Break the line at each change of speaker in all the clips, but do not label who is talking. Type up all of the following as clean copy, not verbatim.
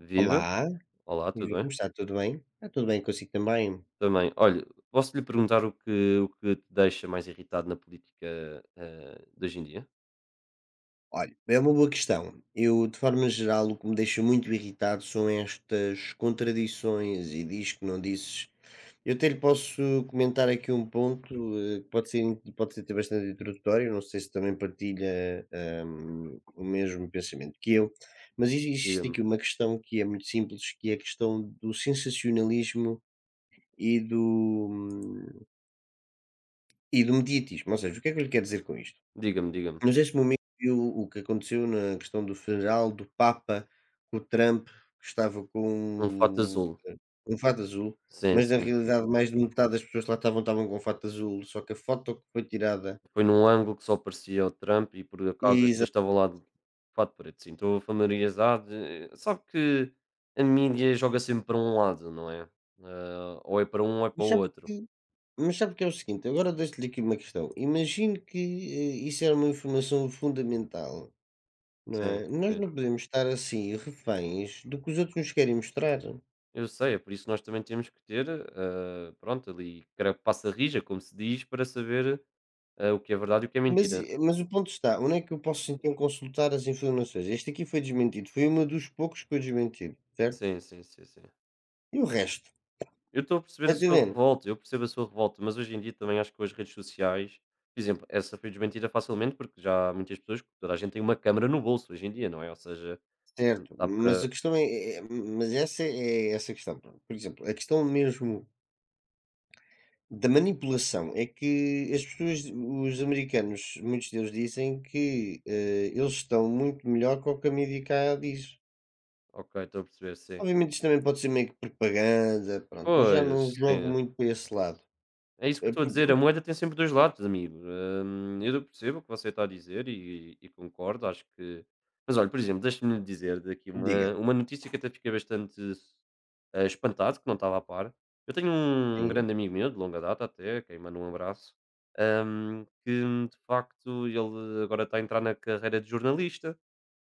Viva,
Olá,
olá, tudo
viva,
bem?
como está? Tudo bem? Está tudo bem consigo também?
Também. Olha, posso lhe perguntar o que te deixa mais irritado na política, de hoje em dia?
Olha, é uma boa questão. Eu, de forma geral, o que me deixa muito irritado são estas contradições e diz que não disses. Eu até lhe posso comentar aqui um ponto, que pode ser até bastante introdutório, não sei se também partilha o mesmo pensamento que eu, mas existe
Diga-me,
aqui uma questão que é muito simples, que é a questão do sensacionalismo e do, hum, e do mediatismo. Ou seja, o que é que eu lhe quero dizer com isto?
diga-me.
Mas este momento viu o que aconteceu na questão do funeral do Papa, que o Trump estava
Um fato
com
azul.
um fato azul,
Sim,
mas na
sim, vi.
realidade mais de metade das pessoas que lá estavam, estavam com um fato azul, só que a foto que foi tirada.
Foi num ângulo que só aparecia o Trump e por acaso as
exa
pessoas estavam lá de fato preto. Sim, estou familiarizado, sabe que a mídia joga sempre para um lado, não é? Ou é para um ou é para
mas
o
sabe
outro.
que mas sabe que é o seguinte, agora deixo-lhe aqui uma questão, imagine que, isso era uma informação fundamental, não
Sim,
é? Nós
sim.
não podemos estar assim reféns do que os outros nos querem mostrar.
Eu sei, é por isso que nós também temos que ter, pronto, ali carapaça rija, como se diz, para saber, o que é verdade e o que é
Mas
mentira.
e mas o ponto está, onde é que eu posso então consultar as informações? Este aqui foi desmentido, foi um dos poucos que foi desmentido, certo?
Sim, sim, sim, sim.
E o resto?
Eu estou a perceber a sua
Entendendo?
revolta, eu percebo a sua revolta, mas hoje em dia também acho que com as redes sociais, por exemplo, essa foi desmentida facilmente porque já há muitas pessoas, toda a gente tem uma câmara no bolso hoje em dia, não é? Ou seja,
Certo,
dá
mas
para.
a questão é, mas essa é essa a questão, pronto. Por exemplo, a questão mesmo da manipulação é que as pessoas os americanos, muitos deles dizem que, eles estão muito melhor com o que a mídia cá diz.
Ok, estou a perceber, sim.
Obviamente isto também pode ser meio que propaganda, pronto, eu já não
Pois,
jogo
sim.
muito para esse lado.
É isso que eu
Eh,
estou a dizer, a
por
moeda tem sempre 2 lados, amigo. Eu percebo o que você está a dizer e concordo, acho que mas olha, por exemplo, deixa-me dizer daqui uma
diga.
uma notícia que até fiquei bastante, espantado, que não estava a par. Eu tenho um
Sim,
grande amigo meu, de longa data até, a quem mando um abraço, que de facto ele agora está a entrar na carreira de jornalista.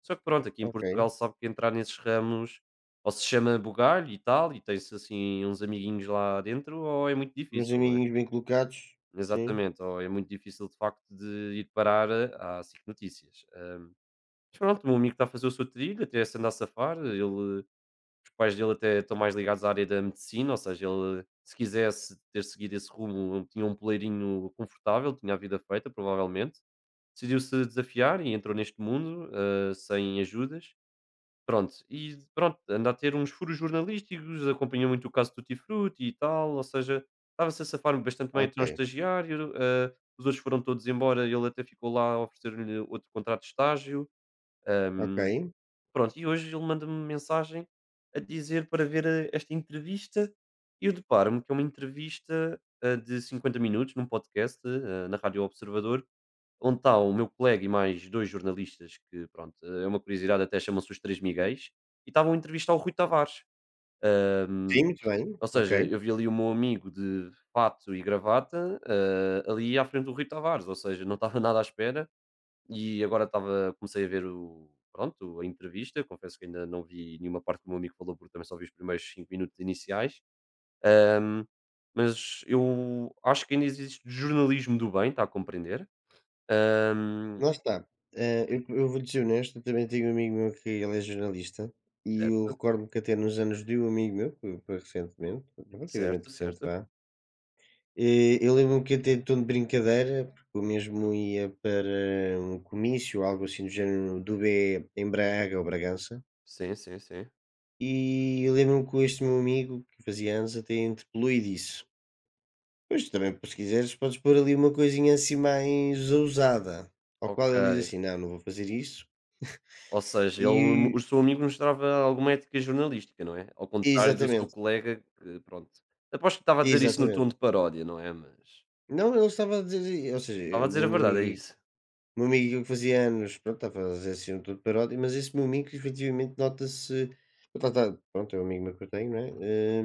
Só que pronto, aqui em
ok.
Portugal se sabe que entrar nesses ramos ou se chama bugalho e tal, e tem-se assim uns amiguinhos lá dentro, ou é muito
Uns
difícil, não é?
amiguinhos bem colocados, sim,
Exatamente, ou é muito difícil de facto de ir parar à SIC Notícias. Mas pronto, o meu amigo está a fazer o seu trilho, até se andar a safar, ele, os pais dele até estão mais ligados à área da medicina, ou seja, ele se quisesse ter seguido esse rumo, tinha um poleirinho confortável, tinha a vida feita, provavelmente. Decidiu-se desafiar e entrou neste mundo ah, sem ajudas. Pronto, e pronto, anda a ter uns furos jornalísticos, acompanhou muito o caso do Tutti Frutti e tal, ou seja, estava-se a safar bastante bem até um
ok,
estagiário, os outros foram todos embora, ele até ficou lá a oferecer-lhe outro contrato de estágio.
ok.
ehm, Pronto, e hoje ele manda-me uma mensagem a dizer para ver esta entrevista e eu deparo-me que é uma entrevista de 50 minutos num podcast na Rádio Observador, onde está o meu colega e mais dois jornalistas, que pronto, é uma curiosidade, até chamam-se os Três Miguéis, e estavam a entrevistar o Rui Tavares. Ahm,
Sim, muito bem,
ou
ok.
seja, eu vi ali o meu amigo de fato e gravata, ali à frente do Rui Tavares, ou seja, não estava nada à espera e agora estava comecei a ver o pronto, a entrevista. Confesso que ainda não vi nenhuma parte que o meu amigo falou, porque também só vi os primeiros 5 minutos iniciais. Ahm, mas eu acho que ainda existe jornalismo do bem, está a compreender? Ahm,
Lá está, eu vou dizer ser honesto, eu também tenho um amigo meu que ele é jornalista, e eu
Certo,
recordo-me que até nos anos de um amigo meu, que foi recentemente, relativamente
certo,
recente
certo.
vá, eu lembro-me que até em tom de brincadeira, porque eu mesmo ia para um comício, algo assim do género, do B em Braga ou Bragança,
Sim, sim, sim.
e eu lembro-me que este meu amigo, que fazia anos, até interpelou e disse: "Pois, também se quiseres podes pôr ali uma coisinha assim mais ousada", ao qual
Ok.
ele diz assim: "Não, não vou fazer isso",
Ou seja, ele,
e
o seu amigo mostrava alguma ética jornalística, não é? Ao contrário do seu
exatamente,
colega, que pronto. Aposto que estava a dizer isso no tom
exatamente.
de paródia, não é? Mas
Não, ele estava a dizer, ou seja,
estava a
o
dizer a
meu
verdade, é
amigo
isso.
meu amigo que fazia anos, pronto, está a fazer assim um todo paródia, mas esse meu amigo efetivamente nota-se. Pronto, é um amigo meu que eu tenho, não é?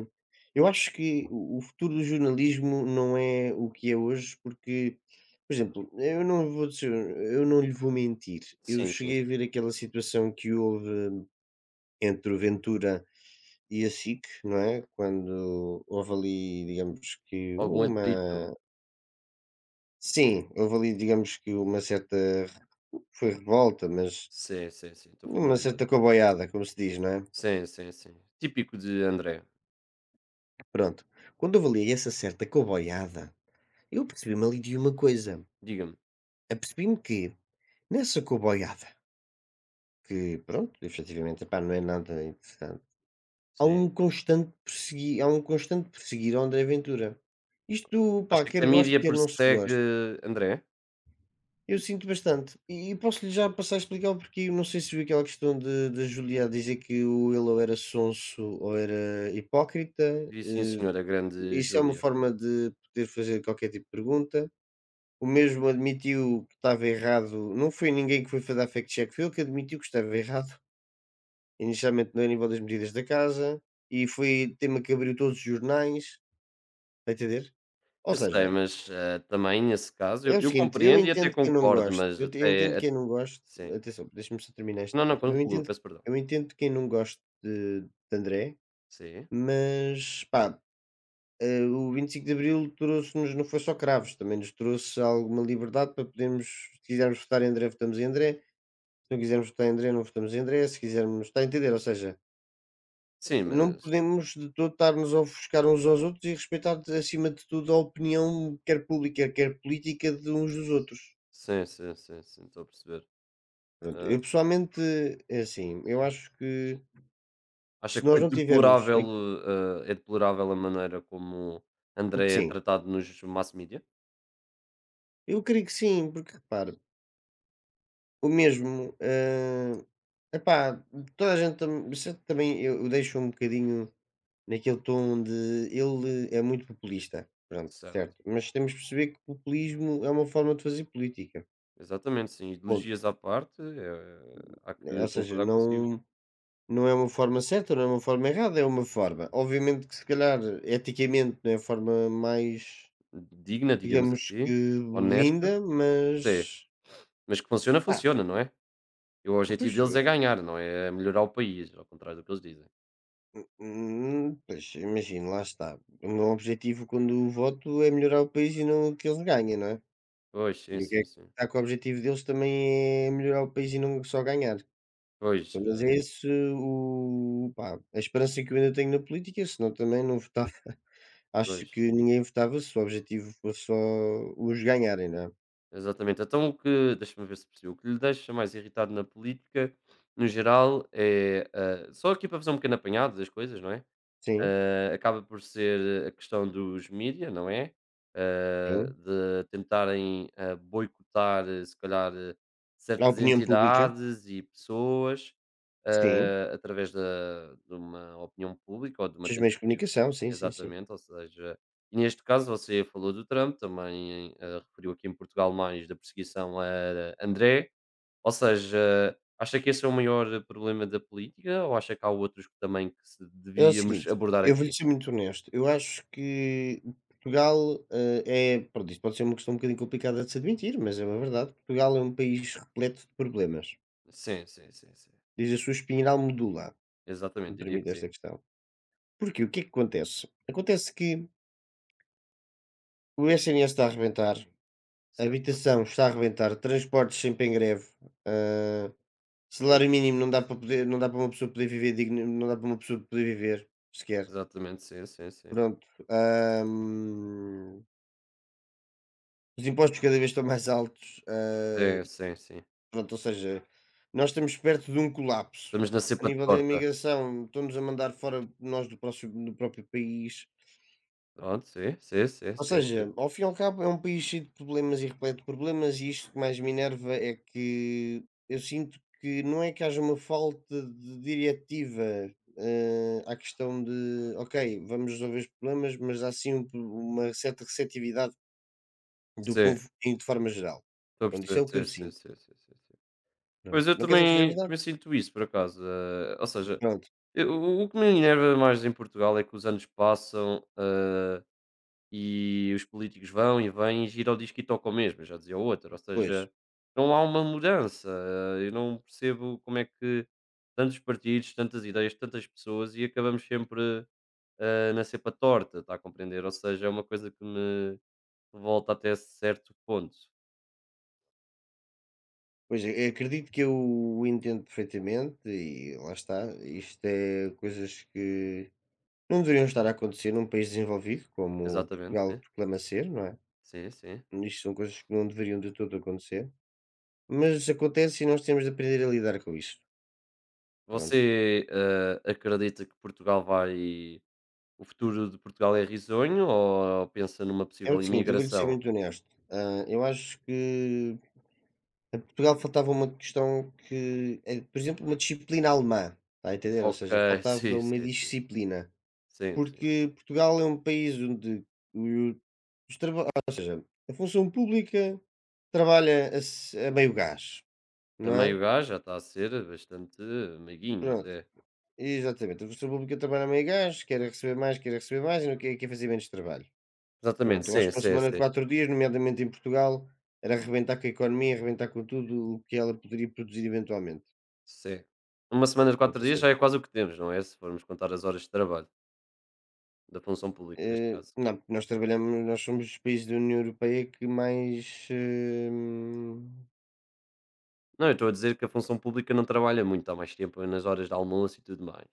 Eh, Eu acho que o futuro do jornalismo não é o que é hoje, porque, por exemplo, eu não vou dizer, eu não lhe vou mentir. Eu
Sim, sim,
cheguei a
sim.
ver aquela situação que houve entre o Ventura e a SIC, não é? Quando houve ali, digamos que
Algum atrito.
uma. Sim, houve ali, digamos que uma certa, foi revolta, mas
Sim, sim, sim, estou
uma
familiarizado.
certa coboiada, como se diz, não é?
Sim, sim, sim. Típico de André.
Pronto. Quando eu avaliei essa certa coboiada, eu percebi-me ali de uma coisa.
Diga-me.
Apercebi-me que, nessa coboiada, que, pronto, efetivamente, epá, não é nada interessante, há um
Sim.
constante perseguir, há um constante perseguir ao André Ventura. Isto,
Acha
pá,
que a
quer goste,
mídia
quer não se
persegue
goste.
André?
Eu sinto bastante. E posso-lhe já passar a explicar o porquê. Eu não sei se viu aquela questão da Julia dizer que o ele ou era sonso ou era hipócrita.
Vi sim
eh,
senhora grande
Isso é uma
Júlia.
forma de poder fazer qualquer tipo de pergunta. O mesmo admitiu que estava errado. Não foi ninguém que foi fazer a fact-check, foi ele que admitiu que estava errado, inicialmente no nível das medidas da casa, e foi tema que abriu todos os jornais. Está a entender? Ou
Eu sei,
seja,
mas, também nesse caso
é
eu
o
eu
seguinte, eu
compreendo e até
entendo quem não
concordo,
gosta.
mas
Eu, eu
até
entendo
a
quem não gosta.
sim.
Atenção, deixa-me só terminar este
Não, não,
ponto.
conclua, peço perdão.
Eu entendo quem não goste de André,
Sim.
mas pá, o 25 de Abril trouxe-nos não foi só cravos, também nos trouxe alguma liberdade para podermos, se quisermos votar em André, votamos em André, se não quisermos votar em André, não votamos em André, se quisermos, está a entender? Ou seja,
Sim,
não
mas
podemos de todo estar-nos a ofuscar uns aos outros e respeitar, acima de tudo, a opinião, quer pública, quer política, de uns dos outros.
sim, sim, sim, sim, estou a perceber.
Pronto,
Hã,
eu pessoalmente, é assim, eu acho que
acha
se
que
nós
foi
não tivermos
deplorável,
aqui.
é deplorável a maneira como André é
Sim,
tratado nos mass media?
eu creio que sim, porque repara, o mesmo, epá, toda a gente tam se também eu deixo um bocadinho naquele tom de ele é muito populista, pronto, certo,
Certo.
mas temos de perceber que populismo é uma forma de fazer política,
Exatamente, sim.
ponto.
Ideologias à parte, há
Né?
que
Ou seja,
concordar consigo.
não é uma forma certa, não é uma forma errada, é uma forma. Obviamente que se calhar eticamente não é a forma mais,
Digna, digamos
digamos que
assim, honesta,
linda,
sim.
mas,
Mas que funciona,
pá,
funciona, não é? E o
pois.
objetivo deles é ganhar, não é? É melhorar o país, ao contrário do que eles dizem.
Pois imagino, lá está. O meu objetivo quando voto é melhorar o país e não que eles ganhem, não é?
Pois, sim,
E o que é
sim,
que
sim.
está com o objetivo deles também é melhorar o país e não só ganhar.
Pois,
Mas
eh,
é esse o, pá, a esperança que eu ainda tenho na política, senão também não votava.
pois.
Acho que ninguém votava se o objetivo fosse só os ganharem, não é?
Exatamente. Então o que deixa-me ver se percebi. O que lhe deixa mais irritado na política, no geral, é, ah, só aqui para fazer um pequeno apanhado das coisas, não é?
Sim,
Ah, acaba por ser a questão dos mídia, não é? Ah,
sim.
de tentarem, ah, boicotar, eh, se calhar, eh,
A
certas
opinião pública,
entidades e pessoas,
sim.
ah, através da de uma opinião pública ou de uma
Os meios de
tentativa
comunicação, sim, sim, sim.
exatamente, ou seja, e neste caso você falou do Trump, também, ah, referiu aqui em Portugal mais da perseguição a André, ou seja, acha que esse é o maior problema da política ou acha que há outros que também que se
É o
devíamos
seguinte,
abordar
eu vou-lhe
aqui?
ser muito honesto. Eu acho que Portugal, é pronto, isto pode ser uma questão um bocadinho complicada de se admitir, mas é uma verdade. Portugal é um país repleto de problemas.
Sim, sim, sim, sim.
Diz a sua espinhal medula, se
Exatamente,
me
diria que
permite
sim.
esta questão. Porque o que é que acontece? Acontece que o SNS está a arrebentar, a
Certo?
habitação está a arrebentar, transportes sempre em greve, ah,
Pois.
salário mínimo não dá para poder, não dá para uma pessoa poder viver digno, não dá para uma pessoa poder viver sequer.
Exatamente, sim, sim, sim.
Pronto. Os impostos cada vez estão mais altos,
Sim, sim, sim.
pronto, ou seja, nós estamos perto de um colapso.
Estamos na
A
cepa de
nível da
torta.
imigração, estão-nos a mandar fora nós do próprio país.
Pronto, sim, sim, sim,
Ou
sim, sim.
seja, ao fim e ao cabo, é um país cheio de problemas e repleto de problemas, e isto que mais me enerva é que eu sinto que não é que haja uma falta de diretiva à questão de, ok, vamos resolver os problemas, mas há sim uma certa receptividade do
Sim,
povo de forma geral.
estou a
Então, isso
perceber,
é o que eu
sim, sim,
sinto.
sim, sim, sim, sim.
Pronto.
Pois eu
Não quer dizer que seja
também,
verdade.
também sinto isso, por acaso. Eh, ou seja,
Pronto,
eu- o que me enerva mais em Portugal é que os anos passam. Eh, e os políticos vão e vêm e gira o disco e tocam mesmo, já dizia o outro, ou
pois.
seja, não há uma mudança. Eu não percebo como é que tantos partidos, tantas ideias, tantas pessoas e acabamos sempre na cepa torta, está a compreender? Ou seja, é uma coisa que me revolta até certo ponto.
Pois, eu acredito que eu entendo perfeitamente e lá está. Isto é coisas que não deveriam estar a acontecer num país desenvolvido, como Portugal
Exatamente,
proclama ser, não é?
sim, sim, sim.
Isto são coisas que não deveriam de todo acontecer. Mas acontece e nós temos de aprender a lidar com isto. Pronto.
Você eh, acredita que Portugal vai. O futuro de Portugal é risonho ou pensa numa
É o
possível
seguinte, eu vou-lhe ser
imigração?
muito honesto. Ah, eu acho que a Portugal faltava uma questão que é, por exemplo, uma disciplina alemã. Está a entender? Ou
Ok,
seja, faltava
sim,
uma
sim, sim.
disciplina.
Sim, sim.
Porque Portugal é um país onde o os traba ou seja, a função pública trabalha a meio gás,
A
não é?
meio gás já está a ser bastante meiguinho
Pronto,
até.
exatamente. A função pública trabalha a meio gás, quer é receber mais, quer é receber mais e não quer fazer menos trabalho.
Exatamente,
Pronto, eu acho
sim,
que uma
sim,
semana de
sim,
4 dias, nomeadamente em Portugal, era arrebentar com a economia, arrebentar com tudo o que ela poderia produzir eventualmente.
sim. Uma semana de quatro
Pronto, ou
dias já
seja,
é quase o que temos, não é? Se formos contar as horas de trabalho, da função pública neste caso.
não, porque nós trabalhamos nós somos dos países da União Europeia que mais, hum.
Não, eu estou a dizer que a função pública não trabalha muito, há mais tempo nas horas de almoço e tudo mais.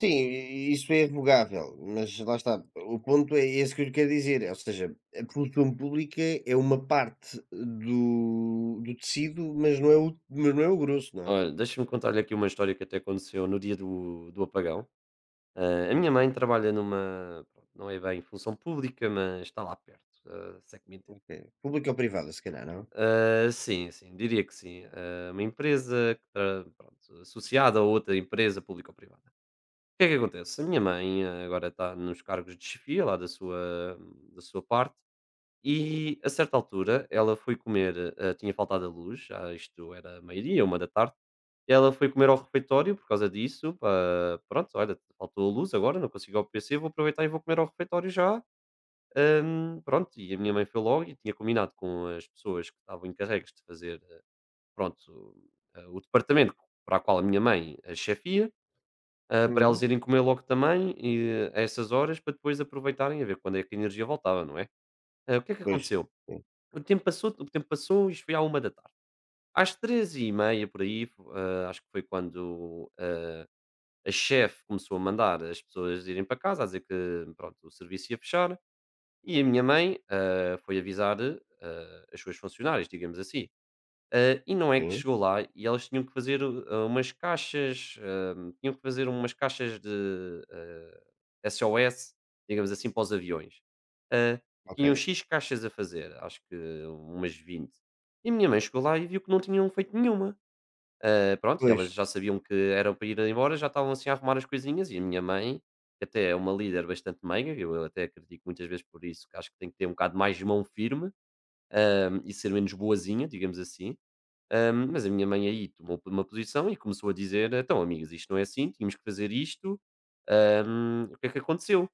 Sim, isso é revogável, mas lá está, o ponto é esse que eu lhe quero dizer, ou seja, a produção pública é uma parte do tecido, mas não é o grosso, não é?
Olha, deixa-me contar-lhe aqui uma história que até aconteceu no dia do, do apagão. Ah, a minha
Certo.
mãe
Hum.
trabalha numa, pronto, não é bem função pública, mas está lá perto, ah, se é que me entende.
Ok. Pública ou privada, se calhar, não?
Ah, sim, sim, diria que sim. Ah, uma empresa que pronto, associada a outra empresa pública ou privada. O que é que acontece? A minha mãe ah, agora está nos cargos de chefia lá da sua parte e a certa altura ela foi comer, ah, tinha faltado a luz, já isto era meio-dia, 1 da tarde, e ela foi comer ao refeitório por causa disso. Pá, pronto, olha, faltou a luz agora, não consigo ir ao PC, vou aproveitar e vou comer ao refeitório já. Pronto, e a minha mãe foi logo e tinha combinado com as pessoas que estavam encarregues de fazer, pronto, o departamento para a qual a minha mãe chefia, ah, para elas
Uhum.
irem comer logo também e, a essas horas para depois aproveitarem a ver quando é que a energia voltava, não é? Ah, o que é que
Pois,
aconteceu?
sim,
O tempo passou e isto foi à 1 da tarde. Às 3 e meia, por aí, ah, acho que foi quando ah, a chefe começou a mandar as pessoas irem para casa, a dizer que pronto, o serviço ia fechar e a minha mãe, ah, foi avisar, ah, as suas funcionárias, digamos assim. Ah, e não é que
sim,
chegou lá e elas tinham que fazer, ah, umas caixas, ah, tinham que fazer umas caixas de, ah, SOS, digamos assim, para os aviões. Ah, e tinham
ok.
X caixas a fazer, acho que umas vinte. E a minha mãe chegou lá e viu que não tinham feito nenhuma. Ah, pronto, e
Pois,
elas já sabiam que era para ir embora, já estavam assim a arrumar as coisinhas. E a minha mãe, que até é uma líder bastante meiga, eu até critico muitas vezes por isso, que acho que tem que ter um bocado mais de mão firme ah, e ser menos boazinha, digamos assim. Ah, mas a minha mãe aí tomou uma posição e começou a dizer: então, amigas, isto não é assim, tínhamos que fazer isto. Ah, o que é que aconteceu?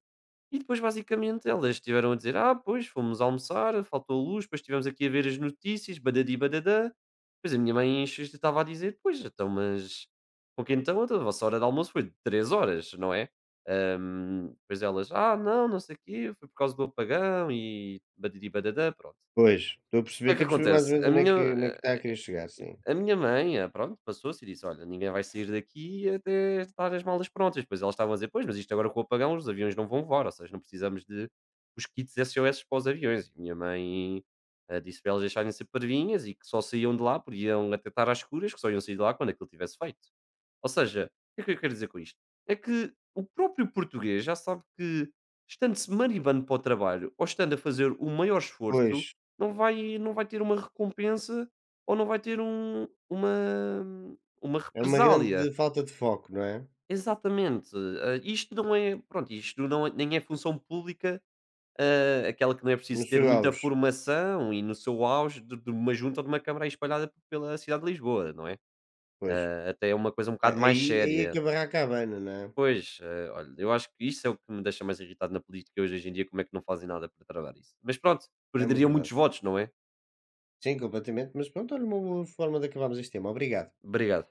E depois, basicamente, elas estiveram a dizer: "Ah, pois, fomos almoçar, faltou luz, depois estivemos aqui a ver as notícias, badadi badadã". Depois a minha mãe estava a dizer: "Pois, então, mas com que então? Então a vossa hora de almoço foi de 3 horas, não é?" Depois elas: "Ah, não, não sei o quê, foi por causa do apagão e badidi badadã", pronto.
pois, estou a
O
perceber
que é que
estou a perceber mais
acontece?
ou menos onde é que onde é que está a querer chegar, sim.
A minha mãe, ah, pronto, passou-se e disse: "Olha, ninguém vai sair daqui até estar as malas prontas". Depois elas estavam a dizer: "Pois, mas isto agora com o apagão os aviões não vão voar, ou seja, não precisamos de os kits SOS para os aviões". E minha mãe, ah, disse para elas deixarem de ser parvinhas e que só saíam de lá, porque iam até estar às escuras, que só iam sair de lá quando aquilo tivesse feito. Ou seja, o que é que eu quero dizer com isto? É que o próprio português já sabe que, estando-se maribando para o trabalho ou estando a fazer o maior
Pois,
esforço, não vai ter uma recompensa ou não vai ter um, uma
é uma
represália.
grande falta de foco, não é?
Exatamente. Ah, isto não é. Pronto, isto não é- nem é função pública, ah, aquela que não é
No
preciso ter
seu
muita
auge,
formação e no seu auge de uma junta ou de uma câmara aí espalhada pela cidade de Lisboa, não é?
pois.
Ah, até é uma coisa um
A
bocado mais
aí aí é que
séria.
a barraca abana, não é?
Pois, eh, olha, eu acho que isso é o que me deixa mais irritado na política hoje, hoje em dia, como é que não fazem nada para travar isso. Mas pronto,
É uma
perderiam muitos
verdade.
votos, não é?
Sim, completamente. Mas pronto, olha, uma boa forma de acabarmos este tema. Obrigado.
Obrigado.